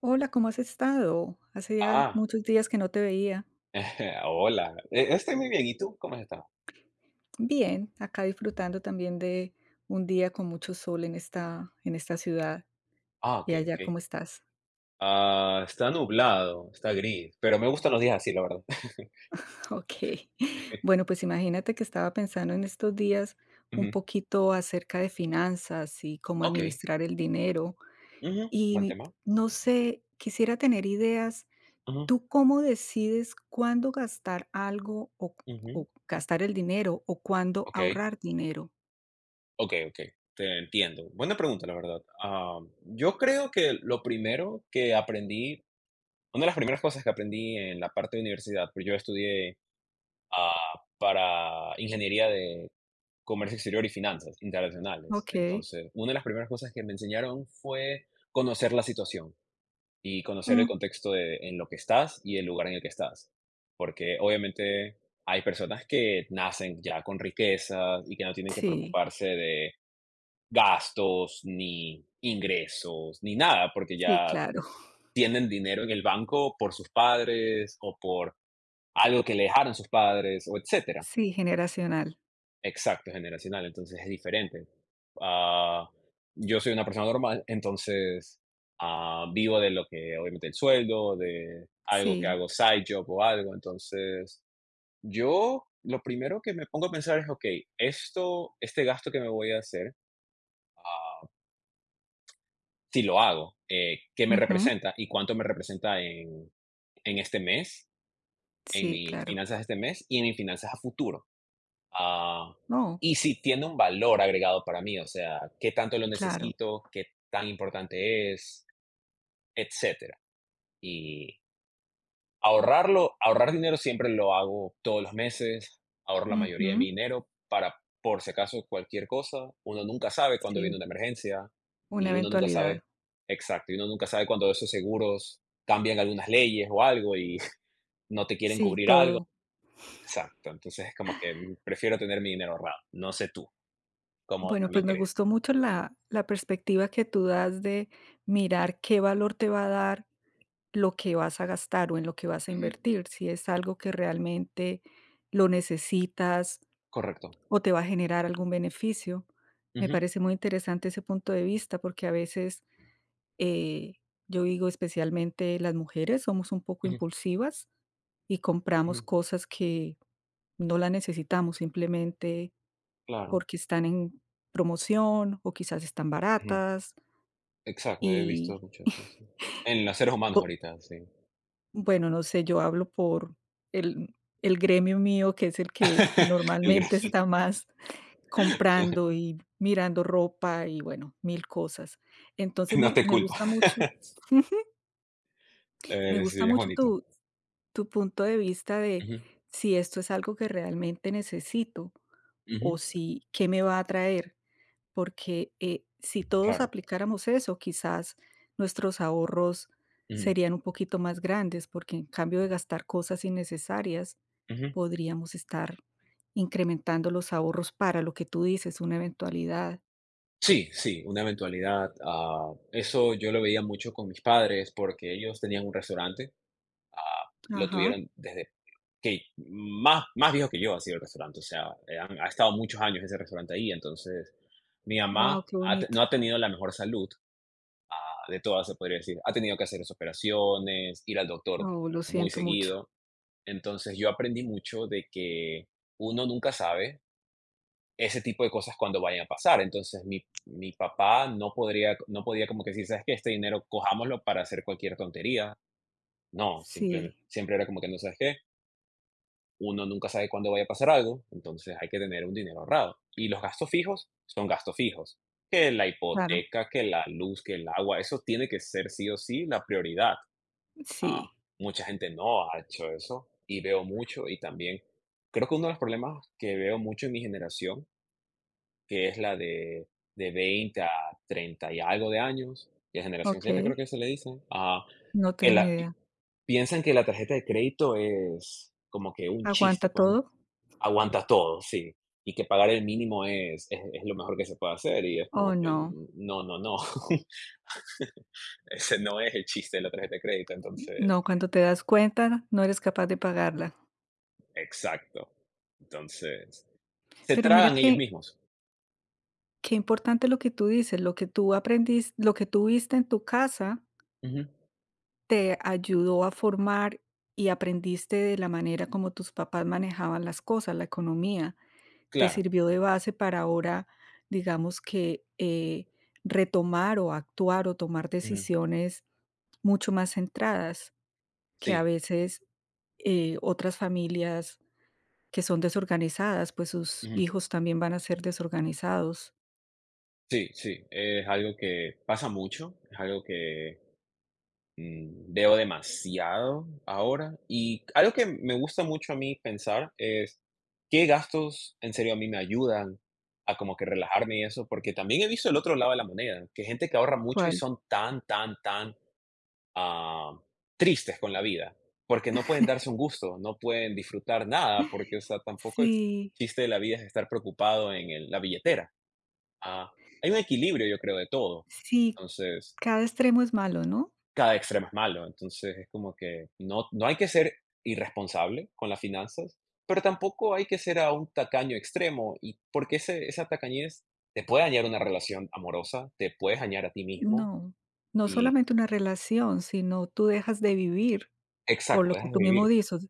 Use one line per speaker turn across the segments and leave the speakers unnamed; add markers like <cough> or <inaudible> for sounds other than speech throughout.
Hola, ¿cómo has estado? Hace ya
Ah,
muchos días que no te veía.
<laughs> hola. Estoy muy bien, ¿y tú? ¿Cómo has estado?
Bien, acá disfrutando también de un día con mucho sol en esta ciudad.
Ah,
¿Y
okey,
allá
okey.
cómo estás?
Ah, está nublado, está gris, pero me gustan los días así, la verdad. <laughs>
<laughs> Ok. Bueno, pues imagínate que estaba pensando en estos días un
Ujú.
poquito acerca de finanzas y cómo
Okey.
administrar el dinero.
Ujú. Buen
Y
tema.
no sé, quisiera tener ideas.
Ujú,
¿Tú cómo decides cuándo gastar algo
ujú.
o gastar el dinero o cuándo
Okey,
ahorrar dinero?
okey, okey. Te entiendo. Buena pregunta, la verdad. Ah, yo creo que lo primero que aprendí una de las primeras cosas que aprendí en la parte de universidad, pues yo estudié, ah, para ingeniería de comercio exterior y finanzas internacionales.
Ok.
Entonces, una de las primeras cosas que me enseñaron fue conocer la situación y conocer el
Mm,
contexto en lo que estás y el lugar en el que estás. Porque obviamente hay personas que nacen ya con riquezas y que no tienen que
sí,
preocuparse de gastos, ni ingresos, ni nada, porque
sí,
ya
claro. <laughs>
tienen dinero en el banco por sus padres o por algo que le dejaron sus padres o etcétera.
Sí, generacional.
Exacto, generacional, entonces es diferente. Ah, yo soy una persona normal, entonces, ah, vivo de lo que obviamente el sueldo, de algo que
Sí,
hago side job o algo, entonces, yo lo primero que me pongo a pensar es, okey, esto este gasto que me voy a hacer, si lo hago, ¿qué me
ujú,
representa y cuánto me representa en este mes, en
sí,
mis
claro.
finanzas de este mes y en mis finanzas a futuro? Ah,
No,
y si tiene un valor agregado para mí, o sea, qué tanto lo
claro.
necesito, qué tan importante es, etcétera. Y ahorrar dinero siempre lo hago todos los meses, ahorro la mayoría de
Ujú,
mi dinero para por si acaso cualquier cosa. Uno nunca sabe cuándo viene
sí,
una emergencia
una
y uno nunca
eventualidad.
sabe, exacto, y uno nunca sabe cuándo esos seguros cambian algunas leyes o algo y <laughs> no te quieren
Sí,
cubrir algo.
todo.
Exacto, entonces es como que prefiero tener mi dinero ahorrado, no sé tú. Como
Bueno, pues
también
me
crees.
gustó mucho la perspectiva que tú das de mirar qué valor te va a dar lo que vas a gastar o en lo que vas a
Ujú.
invertir, si es algo que realmente lo necesitas
Correcto.
o te va a generar algún beneficio. Me
Ujú,
parece muy interesante ese punto de vista, porque a veces Eh, yo digo, especialmente las mujeres somos un poco
ujú,
impulsivas y compramos
ujú.
cosas que no las necesitamos simplemente
Claro.
porque están en promoción o quizás están
Ujú.
baratas
Exacto, he visto
y
mucho eso, sí.
<laughs>
En los seres humanos
po-
ahorita, sí.
bueno, no sé, yo hablo por el, el gremio mío, que es el que
<laughs> El
normalmente
gras
está más <laughs>
<laughs>
comprando y mirando ropa y bueno, mil cosas. Entonces
no te
me
culpo.
gusta mucho,
<laughs>
<laughs> me gusta
Sí, es
mucho
bonito.
tu punto de vista de
Ujú,
si esto es algo que realmente necesito
ujú,
o si qué me va a traer, porque si todos
claro.
aplicáramos eso, quizás nuestros ahorros
Ujú,
serían un poquito más grandes, porque en cambio de gastar cosas innecesarias,
ujú.
podríamos estar incrementando los ahorros para lo que tú dices, una eventualidad.
Sí, sí, una eventualidad, ah, eso yo lo veía mucho con mis padres, porque ellos tenían un restaurante, ah, lo
Ajá.
tuvieron desde que más, más viejo que yo ha sido el restaurante, o sea, ha estado muchos años ese restaurante ahí, entonces mi
Wow,
mamá
qué bonito.
no ha tenido la mejor salud ah, de todas, se podría decir. Ha tenido que hacer sus operaciones, ir al doctor
Oh, lo
muy
siento mucho.
seguido. Entonces yo aprendí mucho de que uno nunca sabe ese tipo de cosas cuando vayan a pasar. Entonces mi papá no podía como que decir, ¿sabes qué? Este dinero cojámoslo para hacer cualquier tontería. No, siempre,
Sí,
siempre era como que no sabes qué uno nunca sabe cuándo vaya a pasar algo, entonces hay que tener un dinero ahorrado. Y los gastos fijos son gastos fijos, que la
claro.
hipoteca, que la luz, que el agua, eso tiene que ser sí o sí la prioridad. Ah,
Sí.
mucha gente no ha hecho eso y veo mucho y también creo que uno de los problemas que veo mucho en mi generación, que es la de 20 a 30 y algo de años, de generación
Ok.
Z creo que se le dice, ah,
No
que
tengo ni
la, pi-
idea.
piensan que la tarjeta de crédito es como que un
¿Aguanta
chiste, pues
todo?
Aguantas todo, sí. Y que pagar el mínimo es lo mejor que se puede hacer, y es
Oh,
como que
no.
no, no, no. <laughs> Ese no es el chiste de la tarjeta de crédito, entonces
No, cuando te das cuenta, no eres capaz de pagarla.
exacto. Entonces, se
Pero mira
tragan
que
ellos mismos.
qué importante lo que tú dices, lo que tú aprendiste, lo que tú viste en tu casa
Ujú,
te ayudó a formar y aprendiste de la manera como tus papás manejaban las cosas, la economía. Te
claro.
sirvió de base para ahora, digamos que retomar o actuar o tomar
Ujú,
decisiones mucho más centradas que a
sí,
veces otras familias que son desorganizadas, pues sus
ujú,
hijos también van a ser desorganizados.
sí, sí, es algo que pasa mucho, es algo que veo demasiado ahora y algo que me gusta mucho a mí pensar es qué gastos en serio a mí me ayudan a como que relajarme y eso, porque también he visto el otro lado de la moneda, que gente que ahorra mucho y
¿Cuál?
son tan, tan, tan ah, tristes con la vida, porque no pueden darse un gusto, no pueden disfrutar nada, porque o sea, tampoco el
Sí,
chiste de la vida es estar preocupado en la billetera. Ah, hay un equilibrio, yo creo, de todo.
sí,
Entonces,
cada extremo es malo, ¿no?
cada extremo es malo. Entonces es como que no, no hay que ser irresponsable con las finanzas, pero tampoco hay que ser a un tacaño extremo, y porque esa tacañez te puede dañar una relación amorosa, te puedes dañar a ti mismo
No, no
y
solamente una relación, sino tú dejas de vivir por lo
exacto,
que
dejas de
tú mismo
vivir.
dices.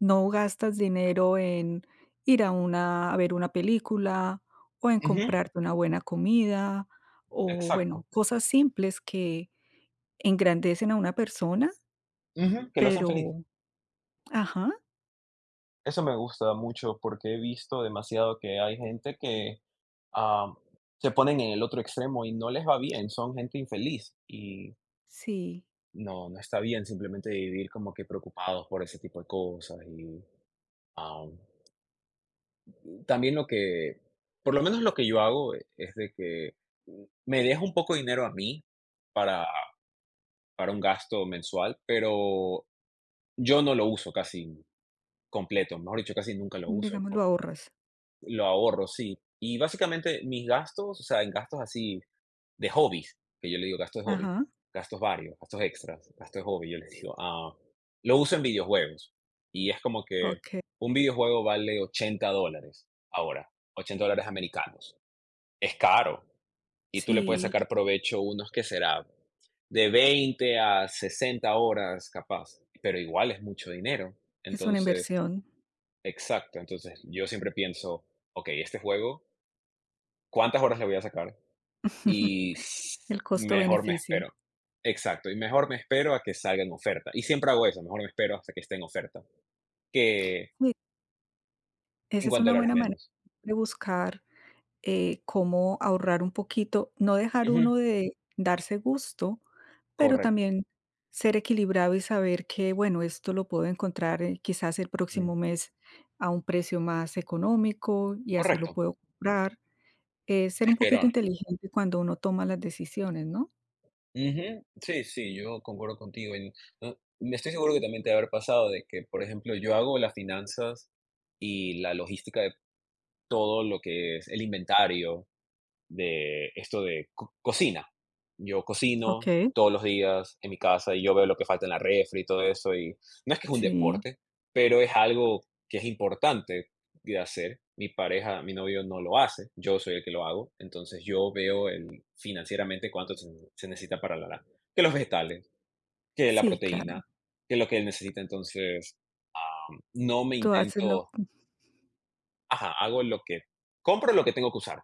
No gastas dinero en ir a una a ver una película o en
Ujú,
comprarte una buena comida o bueno,
exacto.
cosas simples que engrandecen a una persona,
Ujú, que lo hacen feliz.
pero ajá,
Eso me gusta mucho porque he visto demasiado que hay gente que ah, se ponen en el otro extremo y no les va bien, son gente infeliz y
sí,
no, no está bien simplemente vivir como que preocupados por ese tipo de cosas y am, también por lo menos lo que yo hago es de que me dejo un poco de dinero a mí para, para un gasto mensual, pero yo no lo uso casi completo, mejor dicho, casi nunca lo uso,
digamos, lo ahorras.
lo ahorro, sí. Y básicamente mis gastos, o sea, en gastos así de hobbies, que yo le digo gasto de hobby,
Ajá,
gastos varios, gastos extras, gasto de hobby, yo les digo, ah, lo uso en videojuegos. Y es como que
okey.
un videojuego vale $80 ahora, $80 americanos. Es caro y tú le puedes
Sí,
sacar provecho unos que será de 20 a 60 horas capaz, pero igual es mucho dinero.
es una
Entonces,
inversión.
exacto, entonces yo siempre pienso, ok, este juego, ¿cuántas horas le voy a sacar?
<laughs>
Y
El
mejor me
costo-beneficio.
espero. Exacto, y mejor me espero a que salga en oferta. Y siempre hago eso, mejor me espero hasta que esté en oferta, que
Sí, esa es
50
una
dólares
buena manera
menos.
de buscar, cómo ahorrar un poquito, no dejar
Ujú,
uno de darse gusto, pero
correcto,
también ser equilibrado y saber que, bueno, esto lo puedo encontrar, quizás el
mm,
próximo mes a un precio más económico y así lo
correcto,
puedo comprar. Ser un poquito
esperar.
inteligente cuando uno toma las decisiones, ¿no?
Ujú, sí, sí, yo concuerdo contigo. No, me estoy seguro que también te va a haber pasado de que, por ejemplo, yo hago las finanzas y la logística de todo lo que es el inventario, de esto de co cocina. Yo cocino
Okey.
todos los días en mi casa y yo veo lo que falta en la refri y todo eso, y no es que es un
Sí,
deporte, pero es algo que es importante de hacer. Mi pareja, mi novio no lo hace, yo soy el que lo hago, entonces yo veo financieramente cuánto se necesita para que los vegetales, que la
sí, claro.
proteína, que lo que él necesita, entonces no me
Tú haces lo
intento, ajá, compro lo que tengo que usar,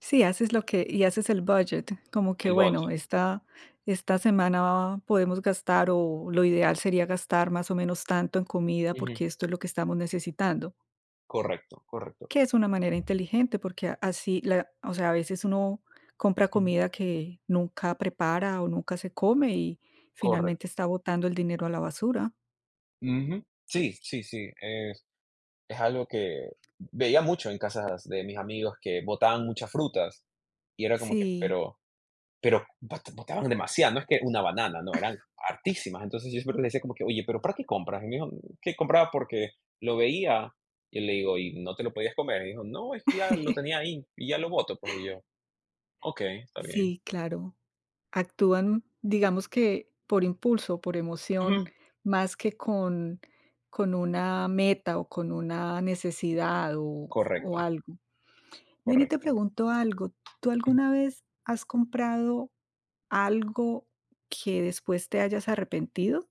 sí, haces lo que y haces el budget, como que
el
bueno,
budget.
esta semana podemos gastar, o lo ideal sería gastar más o menos tanto en comida, porque
Ujú,
esto es lo que estamos necesitando,
correcto, correcto.
que es una manera inteligente, porque a así la o sea, a veces uno compra
Ujú,
comida que nunca prepara, o nunca se come, y finalmente
correcto.
está botando el dinero a la basura.
Ujú. Sí, sí, sí, es algo que veía mucho en casas de mis amigos que botaban muchas frutas y era como que,
Sí,
pero botaban demasiado, no es que una banana, no, eran hartísimas. Entonces, yo siempre le decía como que: "Oye, pero ¿para qué compras?". Y me dijo: "Que compraba porque lo veía". Y le digo: "¿Y no te lo podías comer?". Y dijo: "No, es que ya lo tenía ahí y ya lo boto, pues". Y yo: "Okey, está bien".
sí, claro. Actúan, digamos que por impulso, por emoción,
Ujú,
más que con una meta o con una necesidad o
correcto,
algo. Ven y te
correcto.
pregunto algo, ¿tú alguna vez has comprado algo que después te hayas arrepentido?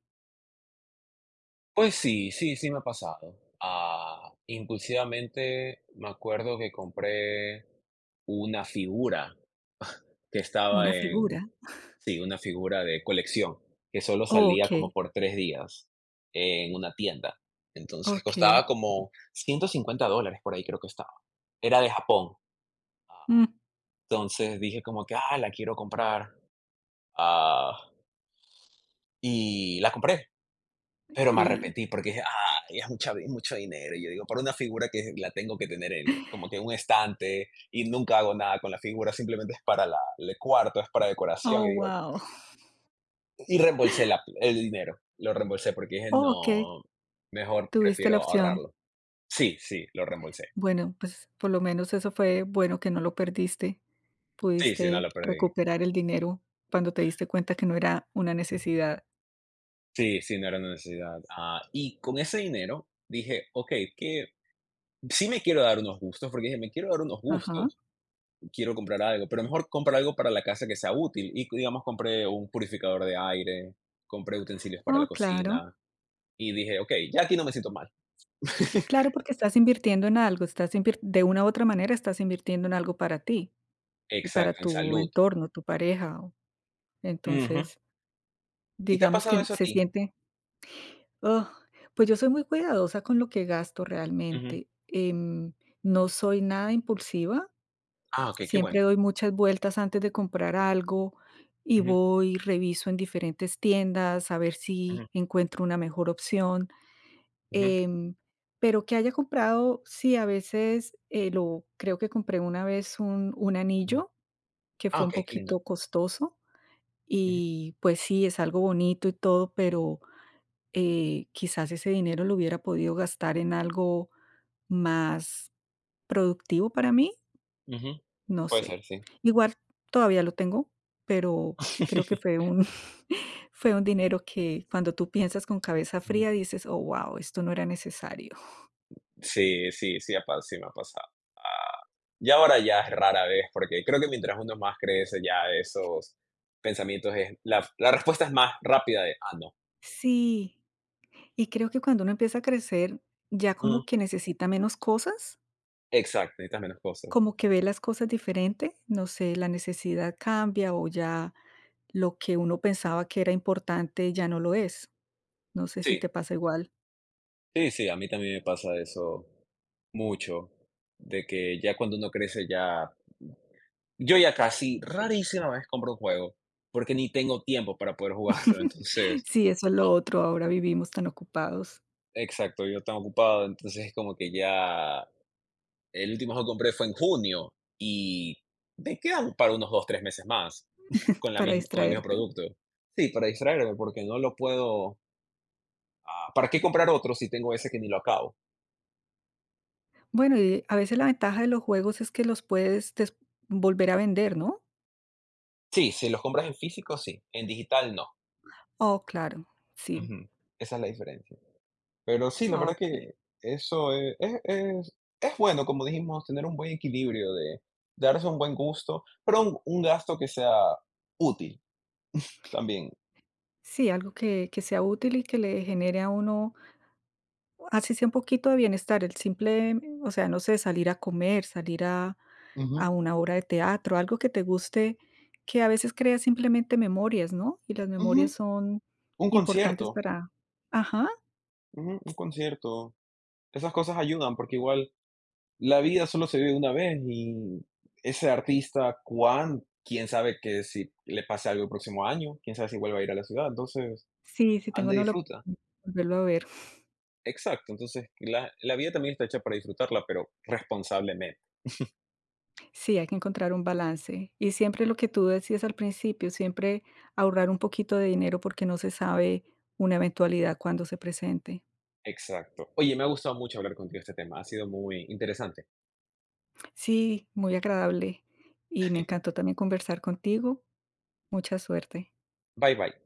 Pues sí, sí, sí me ha pasado. Ah, impulsivamente me acuerdo que compré una figura <laughs> que estaba
¿Una figura?
sí, una figura de colección, que solo
Oh,
salía como
okey,
por 3 días en una tienda. Entonces
okey,
costaba como $150 por ahí creo que estaba. Era de Japón. Ah,
mm,
entonces dije como que, la quiero comprar. Ah, y la compré. Pero me
y
arrepentí porque dije: "Ay, es mucho dinero", y yo digo: "Para una figura que la tengo que tener en como que en un estante, y nunca hago nada con la figura, simplemente es para la el cuarto, es para decoración",
oh, wow.
y reembolsé la el dinero, lo reembolsé porque dije:
Oh, okey,
"No, mejor
tuviste
prefiero
la opción.
ahorrarlo". Sí, sí, lo reembolsé.
Bueno, pues, por lo menos eso fue bueno que no lo perdiste.
Sí, sí, no
¿Pudiste
lo perdí.
recuperar el dinero cuando te diste cuenta que no era una necesidad?
Sí, sí, no era una necesidad. Ah, y con ese dinero dije: "Okey, que sí me quiero dar unos gustos", porque dije: "Me quiero dar unos
Ajá.
gustos". Quiero comprar algo, pero mejor comprar algo para la casa que sea útil. Y digamos, compré un purificador de aire, compré utensilios para
Oh,
la
claro.
cocina y dije, ok, ya aquí no me siento mal.
Claro, porque estás invirtiendo en algo, estás invir de una u otra manera estás invirtiendo en algo para ti y para
Exacto, en
tu
salud.
entorno, tu pareja, o
Ujú.
entonces,
¿Y te ha
digamos
pasado
que
eso a
se
ti?
siente oh, pues yo soy muy cuidadosa con lo que gasto
Ujú.
realmente, no soy nada impulsiva.
Ah, ok, qué bueno.
Siempre doy muchas vueltas antes de comprar algo y
Ujú,
voy, reviso en diferentes tiendas a ver si
ujú,
encuentro una mejor opción.
ujú,
Em, pero que haya comprado, sí, a veces lo creo que compré una vez un
ujú.
anillo que
Ah,
fue un
ok, qué lindo.
poquito costoso
Ujú,
y pues sí, es algo bonito y todo, pero quizás ese dinero lo hubiera podido gastar en algo más productivo para mí.
ujú.
No
Puede
sé.
ser, sí.
Igual todavía lo tengo, pero creo que
<laughs>
fue un <laughs> fue un dinero que cuando tú piensas con cabeza
Ujú.
fría dices: "Oh, wow, esto no era necesario".
Sí, sí, sí, sí me ha pasado. Ah, y ahora ya es rara vez, porque creo que mientras uno más crece, ya esos pensamientos la respuesta es más rápida no.
Sí, y creo que cuando uno empieza a crecer, ya
Mm,
como que necesita menos cosas,
exacto, necesitas menos cosas.
como que ve las cosas diferente, no sé, la necesidad cambia o ya lo que uno pensaba que era importante ya no lo es. No sé si
Sí,
te pasa igual.
sí, sí, a mí también me pasa eso mucho, de que ya cuando uno crece ya, yo ya casi rarísima vez compro un juego, porque ni tengo tiempo para poder jugarlo, <laughs>
<laughs>
entonces,
Sí, eso es lo otro, ahora vivimos tan ocupados
exacto, yo tan ocupado, entonces es como que ya, el último juego que compré fue en junio y me quedan para unos 2 3 meses más
para
con el mismo
distraerte.
producto. Sí, para distraerme, porque no lo puedo, ¿para qué comprar otro si tengo ese que ni lo acabo?
Bueno, y a veces la ventaja de los juegos es que los puedes des volver a vender, ¿no?
Sí, si los compras en físico, sí, en digital no.
Oh, claro, sí,
Ujú. Esa es la diferencia. Pero sí, la verdad
okey.
que eso es bueno, como dijimos, tener un buen equilibrio de darse un buen gusto, pero un gasto que sea útil también.
Sí, algo que sea útil y que le genere a uno, así sea un poquito de bienestar, el simple, o sea, no sé, salir a comer, salir a
Ujú,
una obra de teatro, algo que te guste, que a veces crea simplemente memorias, ¿no? Y las
ujú,
memorias son
un concierto,
importantes para ajá,
ujú, un concierto. Esas cosas ayudan, porque igual la vida solo se vive una vez y ese artista, cuán quién sabe que si le pase algo el próximo año, quién sabe si vuelva a ir a la ciudad, entonces
sí, si tengo
ande y
no la
disfruta.
volverlo a ver.
Exacto, entonces la vida también está hecha para disfrutarla, pero responsablemente.
Sí, hay que encontrar un balance. Y siempre lo que tú decías al principio, siempre ahorrar un poquito de dinero porque no se sabe una eventualidad cuando se presente.
Exacto. Oye, me ha gustado mucho hablar contigo de este tema, ha sido muy interesante.
Sí, muy agradable y me encantó también conversar contigo. Mucha suerte.
Bye bye.